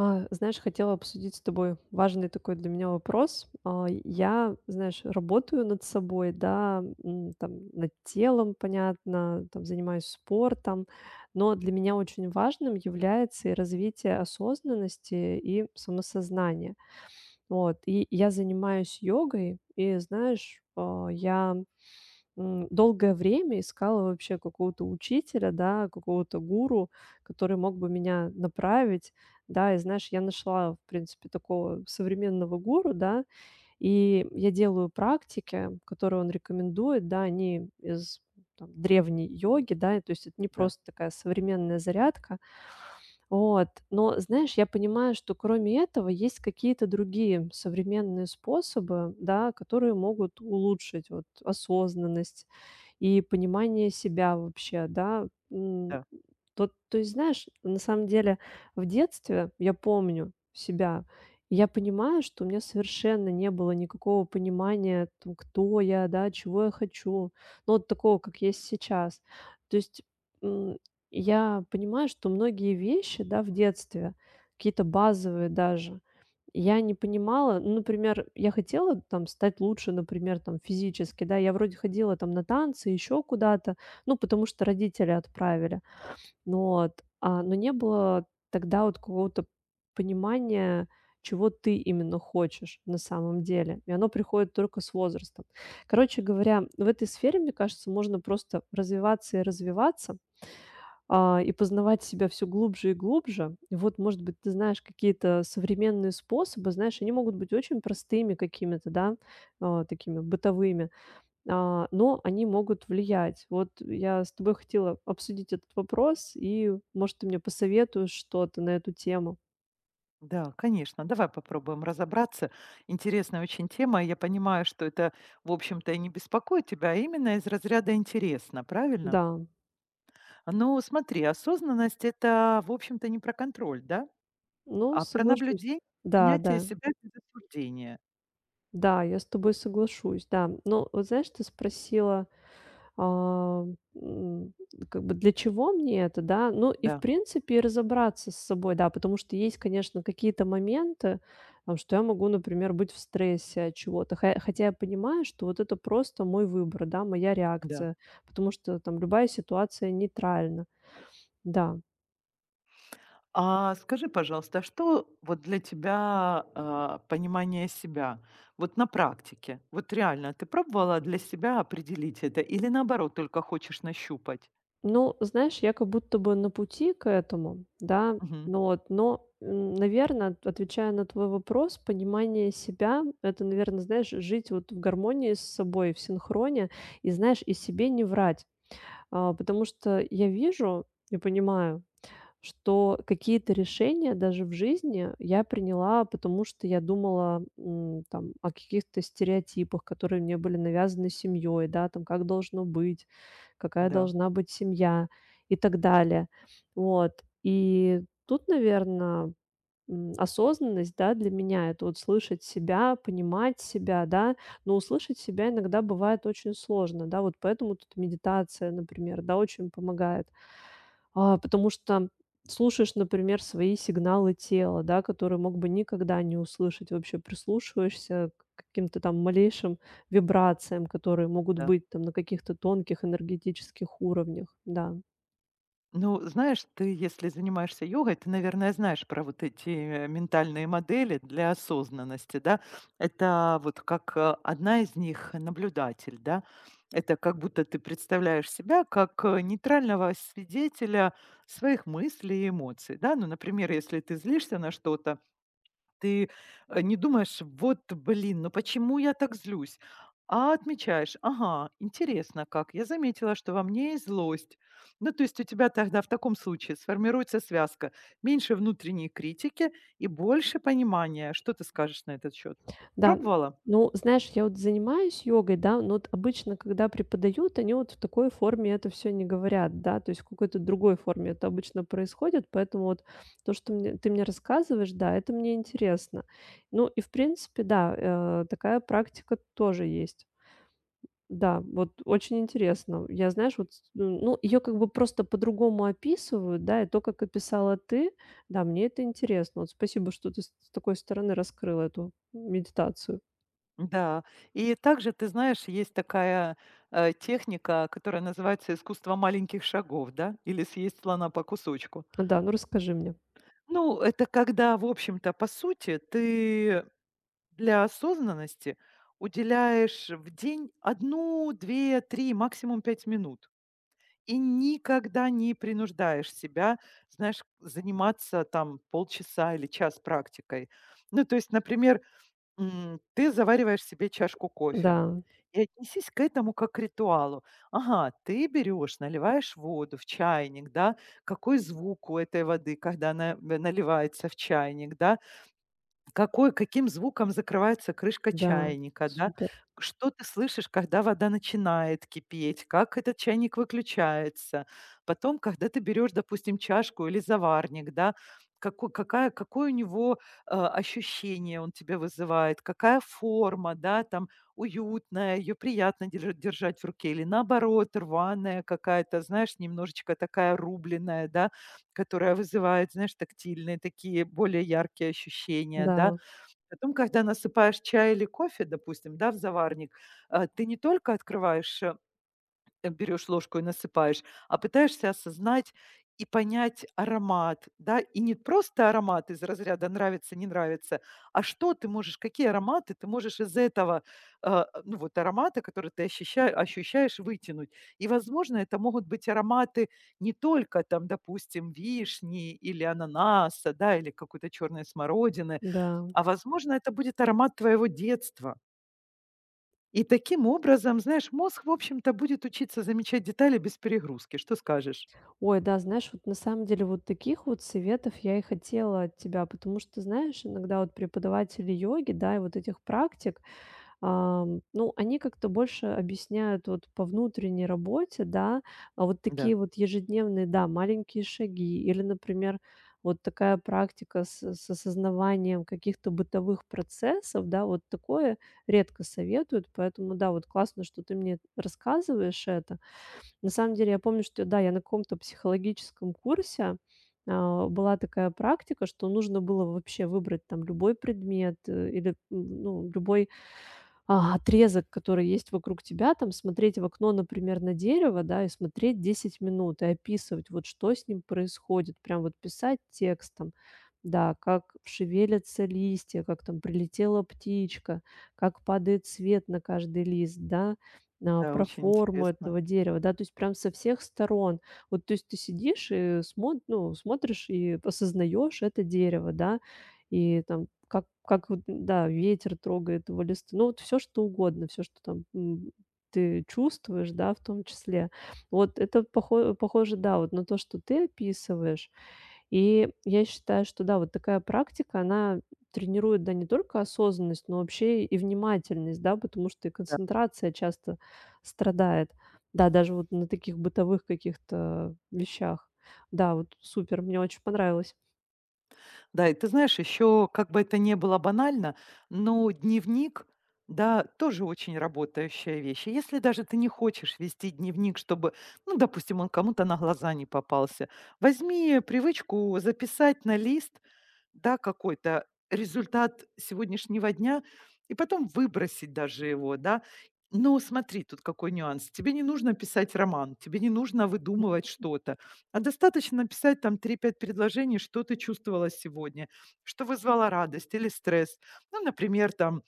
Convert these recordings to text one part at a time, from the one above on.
Знаешь, хотела обсудить с тобой важный такой для меня вопрос. Я, знаешь, работаю над собой, да, там, над телом, понятно, там, занимаюсь спортом, но для меня очень важным является и развитие осознанности и самосознания. Вот, и я занимаюсь йогой, и, знаешь, я долгое время искала вообще какого-то учителя, да, какого-то гуру, который мог бы меня направить, да. И знаешь, я нашла, в принципе, такого современного гуру, да, и я делаю практики, которые он рекомендует, да, они из там, древней йоги, да, и то есть это не Да, просто такая современная зарядка, вот. Но, знаешь, я понимаю, что кроме этого есть какие-то другие современные способы, да, которые могут улучшить вот осознанность, и понимание себя вообще, да. М, да, вот, то есть, знаешь, на самом деле в детстве я помню себя, и я понимаю, что у меня совершенно не было никакого понимания, там, кто я, да, чего я хочу, ну, вот такого, как есть сейчас. То есть, м, я понимаю, что многие вещи, да, в детстве, какие-то базовые даже, я не понимала, ну, например, я хотела там стать лучше, например, там физически, да, я вроде ходила там на танцы, еще куда-то, ну, потому что родители отправили, ну, вот, но не было тогда вот какого-то понимания, чего ты именно хочешь на самом деле, и оно приходит только с возрастом. Короче говоря, в этой сфере, мне кажется, можно просто развиваться и развиваться, и познавать себя все глубже и глубже. И вот, может быть, ты знаешь какие-то современные способы, знаешь, они могут быть очень простыми какими-то, да, такими бытовыми, но они могут влиять. Вот я с тобой хотела обсудить этот вопрос, и, может, ты мне посоветуешь что-то на эту тему. да, конечно. Давай попробуем разобраться. Интересная очень тема. Я понимаю, что это, в общем-то, и не беспокоит тебя, а именно из разряда интересно, правильно? Да, Ну, смотри, осознанность это, в общем-то, не про контроль, да, ну, а про соглашусь. наблюдение, Да, принятие да, себя без осуждения. да, я с тобой соглашусь, да. Но вот знаешь, ты спросила. А, м, как бы для чего мне это, да? Ну и в Да, принципе разобраться с собой, да, потому что есть, конечно, какие-то моменты, что я могу, например, быть в стрессе от чего-то, хотя я понимаю, что вот это просто мой выбор, да, моя да. реакция, потому что там любая ситуация нейтральна, да. А скажи, пожалуйста, а что вот для тебя понимание себя? Вот на практике, вот реально, ты пробовала для себя определить это или наоборот только хочешь нащупать? Ну, знаешь, я как будто бы на пути к этому, да, Мгм. но вот, но, наверное, отвечая на твой вопрос, понимание себя — это, наверное, знаешь, жить вот в гармонии с собой, в синхроне и, знаешь, и себе не врать. Потому что я вижу и понимаю, что какие-то решения даже в жизни я приняла, потому что я думала, там, о каких-то стереотипах, которые мне были навязаны семьей, да, там, как должно быть, какая Да, должна быть семья и так далее. Вот. И тут, наверное, осознанность, да, для меня — это вот слышать себя, понимать себя, да. Но услышать себя иногда бывает очень сложно, да, вот поэтому тут медитация, например, да, очень помогает. Потому что слушаешь, например, свои сигналы тела, да, которые мог бы никогда не услышать. Вообще прислушиваешься к каким-то там малейшим вибрациям, которые могут да. быть там на каких-то тонких энергетических уровнях. Да. Ну, знаешь, ты, если занимаешься йогой, ты, наверное, знаешь про вот эти ментальные модели для осознанности, да? Это вот как одна из них наблюдатель, да? Это как будто ты представляешь себя как нейтрального свидетеля своих мыслей и эмоций, да? Ну, например, если ты злишься на что-то, ты, не думаешь: "Вот блин, ну почему я так злюсь?" А отмечаешь: "Ага, интересно как, я заметила, что во мне есть злость". Ну, то есть у тебя тогда в таком случае сформируется связка: меньше внутренней критики и больше понимания. Что ты скажешь на этот счет? Да, Пробовала? ну, знаешь, я вот занимаюсь йогой, да, но вот обычно, когда преподают, они вот в такой форме это все не говорят, да, то есть в какой-то другой форме это обычно происходит, поэтому вот то, что мне ты мне рассказываешь, да, это мне интересно. Ну и в принципе, да, такая практика тоже есть. Да, вот очень интересно. Я, знаешь, вот, с ну, ее как бы просто по-другому описывают, да, и то, как описала ты, да, мне это интересно. Вот спасибо, что ты с такой стороны раскрыла эту медитацию. Да. И также, ты знаешь, есть такая, техника, которая называется "искусство маленьких шагов", да, или "съесть слона по кусочку". Да, ну расскажи мне. Ну, это когда, в общем-то, по сути, ты для осознанности уделяешь в день 1, 2, 3, максимум 5 минут. И никогда не принуждаешь себя, знаешь, заниматься там полчаса или час практикой. Ну, то есть, например, ты завариваешь себе чашку Да, кофе и отнесись к этому как к ритуалу. Ага, ты берешь, наливаешь воду в чайник, да, какой звук у этой воды, когда она наливается в чайник, да, какой каким звуком закрывается крышка да, чайника, да? супер. Что ты слышишь, когда вода начинает кипеть? Как этот чайник выключается? Потом, когда ты берешь, допустим, чашку или заварник, да, Какой какая какое у него, ощущение он тебе вызывает, какая форма, да, там уютная, ее приятно держать в руке или наоборот рваная какая-то, знаешь, немножечко такая рубленная, да, которая вызывает, знаешь, тактильные такие более яркие ощущения, Да, да. Потом, когда насыпаешь чай или кофе, допустим, да, в заварник, ты не только берешь ложку и насыпаешь, а пытаешься осознать и понять аромат, да, и не просто аромат из разряда нравится, не нравится, а что ты можешь, какие ароматы ты можешь из этого, ну вот аромата, который ты ощущаешь, вытянуть. И, возможно, это могут быть ароматы не только там, допустим, вишни или ананаса, да, или какой-то черной смородины, да. а возможно, это будет аромат твоего детства. И таким образом, знаешь, мозг, в общем-то, будет учиться замечать детали без перегрузки. Что скажешь? Ой, да, знаешь, вот на самом деле вот таких вот советов я и хотела от тебя, потому что, знаешь, иногда вот преподаватели йоги, да, и вот этих практик, ну, они как-то больше объясняют вот по внутренней работе, да, а вот Да, такие вот ежедневные, да, маленькие шаги или, например, вот такая практика с осознаванием каких-то бытовых процессов, да, вот такое редко советуют, поэтому, да, вот классно, что ты мне рассказываешь это. На самом деле, я помню, что, да, я на каком-то психологическом курсе была такая практика, что нужно было вообще выбрать там любой предмет или ну, любой отрезок, который есть вокруг тебя, там смотреть в окно, например, на дерево, да, и смотреть 10 минут и описывать, вот что с ним происходит, прям вот писать текстом, да, как шевелятся листья, как там прилетела птичка, как падает свет на каждый лист, да, да, про очень форму интересно. этого дерева, да, то есть прям со всех сторон. Вот, то есть ты сидишь и ну, смотришь и осознаешь это дерево, да, и там как вот, да, ветер трогает его листы. Ну, вот все что угодно, все что там, ты чувствуешь, да, в том числе. Вот это похоже, да, вот на то, что ты описываешь. И я считаю, что да, вот такая практика, она тренирует, да, не только осознанность, но вообще и внимательность, да, потому что и Да, концентрация часто страдает. Да, даже вот на таких бытовых каких-то вещах. Да, вот супер, мне очень понравилось. да и ты знаешь, еще, как бы это ни было банально, но дневник, да, тоже очень работающая вещь. И если даже ты не хочешь вести дневник, чтобы, ну, допустим, он кому-то на глаза не попался, возьми привычку записать на лист, да, какой-то результат сегодняшнего дня, и потом выбросить даже его, да. Но смотри, тут какой нюанс. Тебе не нужно писать роман, тебе не нужно выдумывать что-то, а достаточно написать там 3-5 предложений, что ты чувствовала сегодня, что вызвало радость или стресс. Ну, например, там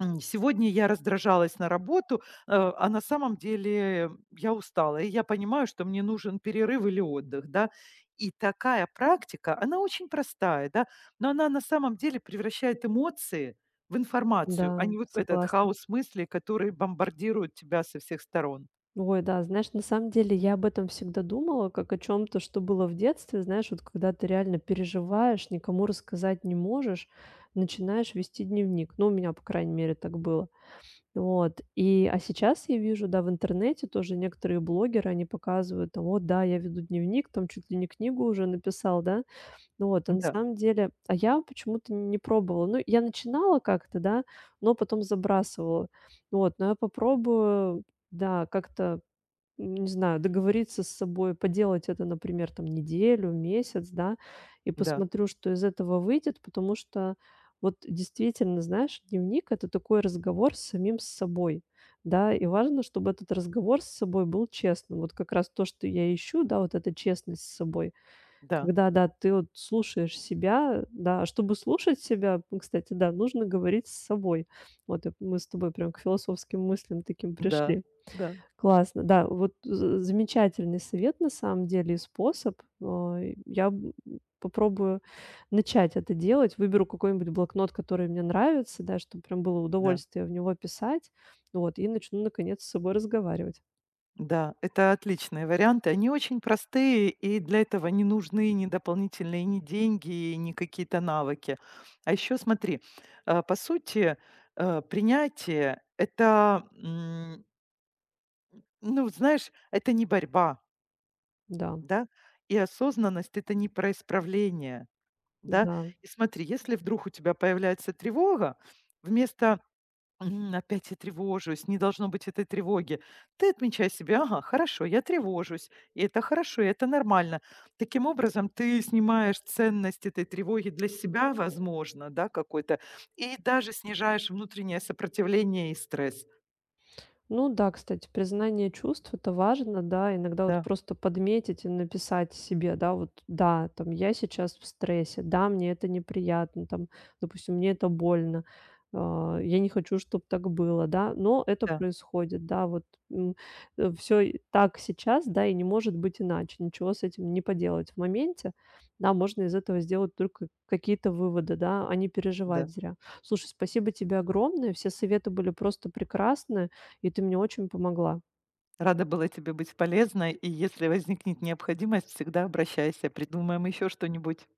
Сегодня я раздражалась на работу, а на самом деле я устала, и я понимаю, что мне нужен перерыв или отдых, да. И такая практика, она очень простая, да, но она на самом деле превращает эмоции в информацию, а Да, не вот в этот согласна. хаос мыслей, которые бомбардируют тебя со всех сторон. Ой, да, знаешь, на самом деле я об этом всегда думала, как о чем то что было в детстве. Знаешь, вот когда ты реально переживаешь, никому рассказать не можешь, начинаешь вести дневник. Ну, у меня, по крайней мере, так было. Вот. И, а сейчас я вижу, да, в интернете тоже некоторые блогеры, они показывают там: "Вот, да, я веду дневник, там чуть ли не книгу уже написал", да. Ну вот, а на Да, самом деле, я почему-то не пробовала. Ну, я начинала как-то, да, но потом забрасывала. Вот, но я попробую, да, как-то не знаю, договориться с собой, поделать это, например, там неделю, месяц, да, и да, посмотрю, что из этого выйдет, потому что вот действительно, знаешь, дневник — это такой разговор с самим с собой, да, и важно, чтобы этот разговор с собой был честным. Вот как раз то, что я ищу, да, вот эта честность с собой, да, когда, да, ты вот слушаешь себя, да, а чтобы слушать себя, кстати, да, нужно говорить с собой. Вот и мы с тобой прям к философским мыслям таким да, пришли. да, Классно, да, вот з замечательный совет на самом деле и способ. И я, попробую начать это делать, выберу какой-нибудь блокнот, который мне нравится, да, чтобы прям было да. удовольствие в него писать, вот, и начну наконец с собой разговаривать. Да, это отличные варианты. Они очень простые, и для этого не нужны ни дополнительные ни деньги, ни какие-то навыки. А еще смотри, по сути, принятие это, ну, знаешь, это не борьба, Да, да, и осознанность это не про исправление, да. да. И смотри, если вдруг у тебя появляется тревога, вместо опять я тревожусь, не должно быть этой тревоги. Ты отмечай себе, ага, хорошо, я тревожусь, и это хорошо, и это нормально. Таким образом, ты снимаешь ценность этой тревоги для себя, возможно, да, какой-то, и даже снижаешь внутреннее сопротивление и стресс. Ну да, кстати, признание чувств — это важно, да. Иногда вот Да, просто подметить и написать себе, да, вот: "Да, там, я сейчас в стрессе, да, мне это неприятно, там, допустим, мне это больно, я не хочу, чтобы так было, да, но это да, происходит, да, вот, все так сейчас, да, и не может быть иначе, ничего с этим не поделать". В моменте, да, можно из этого сделать только какие-то выводы, да, а не переживать да. зря. Слушай, спасибо тебе огромное, все советы были просто прекрасны и ты мне очень помогла. Рада была тебе быть полезной, и если возникнет необходимость, всегда обращайся, придумаем еще что-нибудь.